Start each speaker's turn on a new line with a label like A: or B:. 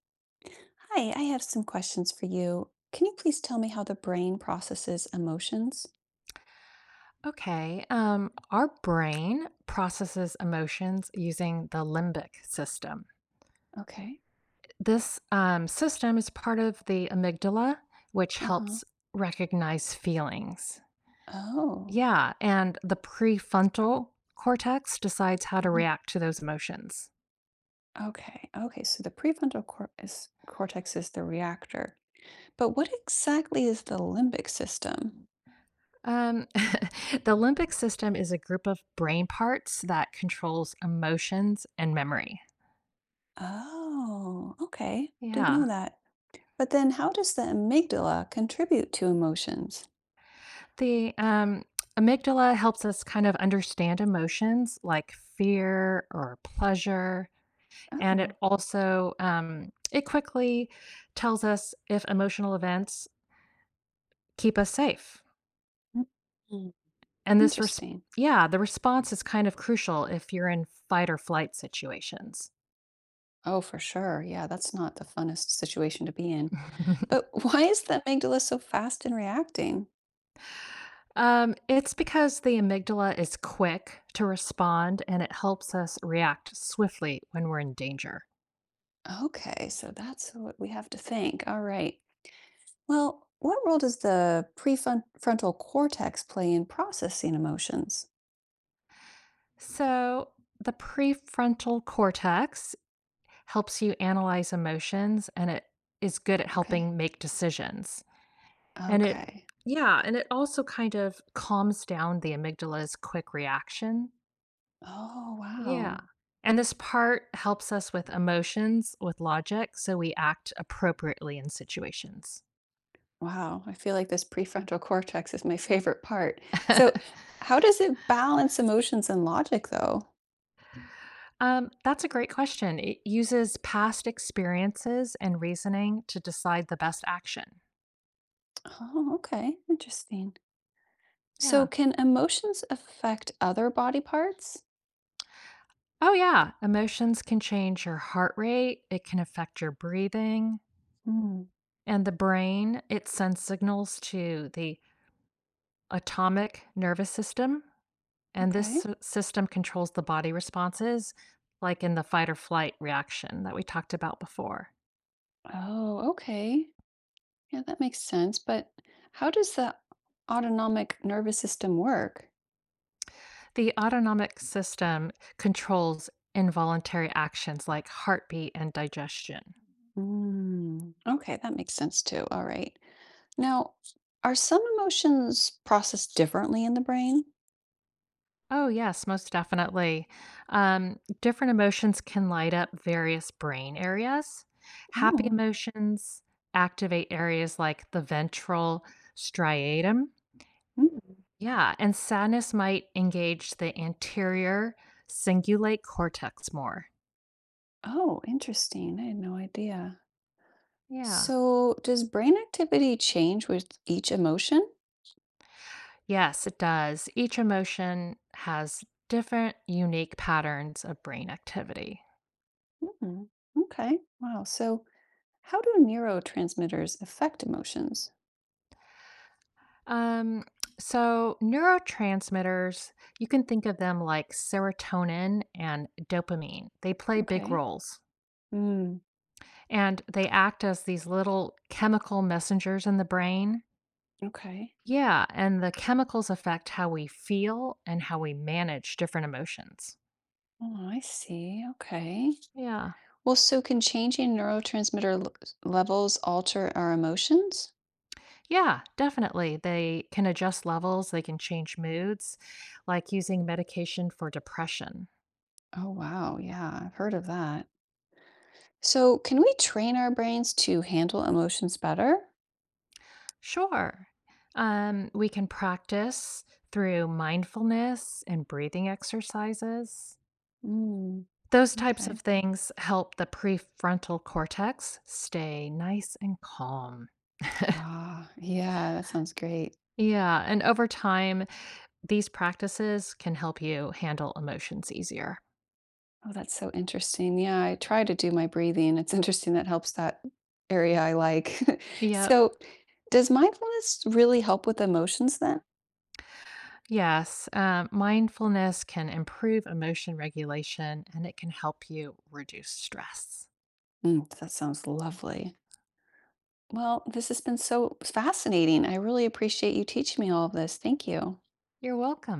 A: Hi, I have some questions for you. Can you please tell me how the brain processes emotions?
B: Okay. Our brain processes emotions using the limbic system.
A: Okay.
B: This system is part of the amygdala, which
A: Uh huh.
B: helps recognize feelings.
A: Oh.
B: Yeah. And the prefrontal cortex decides how to
A: Mhm.
B: react to those emotions.
A: Okay. Okay. So the cortex is the reactor. But what exactly is the limbic system?
B: The limbic system is a group of brain parts that controls emotions and memory.
A: Oh, okay. Didn't
B: Yeah.
A: know that. But then how does the amygdala contribute to emotions?
B: The amygdala helps us kind of understand emotions like fear or pleasure, and it
A: Oh,
B: also it quickly tells us if emotional events keep us safe.
A: mm,
B: And
A: interesting.
B: yeah, the response is kind of crucial if you're in fight or flight situations.
A: Oh, for sure. Yeah, that's not the funnest situation to be in. But why is that amygdala so fast in reacting?
B: It's because the amygdala is quick to respond and it helps us react swiftly when we're in danger.
A: Okay, so that's what we have to think. All right. Well, what role does the prefrontal cortex play in processing emotions?
B: So, the prefrontal cortex helps you analyze emotions and it is good at
A: Okay.
B: helping make decisions. And it,
A: Okay.
B: yeah, and it also kind of calms down the amygdala's quick reaction.
A: Oh,
B: Yeah.
A: wow.
B: And this part helps us with emotions, with logic, so we act appropriately in situations.
A: Wow. I feel like this prefrontal cortex is my favorite part. So, how does it balance emotions and logic, though?
B: That's a great question. It uses past experiences and reasoning to decide the best action.
A: Oh, okay. Interesting. So,
B: Yeah.
A: can emotions affect other body parts?
B: Oh, yeah. Emotions can change your heart rate, it can affect your breathing,
A: Hmm.
B: and the brain, it sends signals to the atomic nervous system, and
A: Okay.
B: system controls the body responses, like in the fight or flight reaction that we talked about before.
A: Oh, okay. Yeah, that makes sense. But how does the autonomic nervous system work?
B: The autonomic system controls involuntary actions like heartbeat and digestion.
A: Mm, okay, that makes sense too. All right. Now, are some emotions processed differently in the brain?
B: Oh, yes, most definitely. Different emotions can light up various brain areas. Happy
A: Oh,
B: emotions activate areas like the ventral striatum.
A: mm.
B: Yeah, and sadness might engage the anterior cingulate cortex more.
A: Oh, interesting. I had no idea.
B: Yeah.
A: So, does brain activity change with each emotion?
B: Yes, it does. Each emotion has different unique patterns of brain activity.
A: Mm, okay. Wow. So, how do neurotransmitters affect emotions?
B: Um, so neurotransmitters, you can think of them like serotonin and dopamine. They play big
A: Okay.
B: roles
A: Mm,
B: and they act as these little chemical messengers in the brain.
A: okay.
B: Yeah, and the chemicals affect how we feel and how we manage different emotions.
A: Oh, I see. Okay.
B: Yeah.
A: Well, so can changing levels alter our emotions?
B: Yeah, definitely. They can adjust levels, they can change moods, like using medication for depression.
A: Oh, wow. Yeah, I've heard of that. So, can we train our brains to handle emotions better?
B: Sure. We can practice through mindfulness and breathing exercises.
A: Mm,
B: Those types of
A: okay.
B: things help the prefrontal cortex stay nice and calm.
A: Ah, yeah, that sounds great.
B: yeah. And over time, these practices can help you handle emotions easier.
A: Oh, that's so interesting. Yeah, I try to do my breathing. It's interesting that helps that area I like.
B: Yep.
A: So, does mindfulness really help with emotions then?
B: Yes. Mindfulness can improve emotion regulation and it can help you reduce stress.
A: Mm, that sounds lovely. Well, this has been so fascinating. I really appreciate you teaching me all of this. Thank you.
B: You're welcome.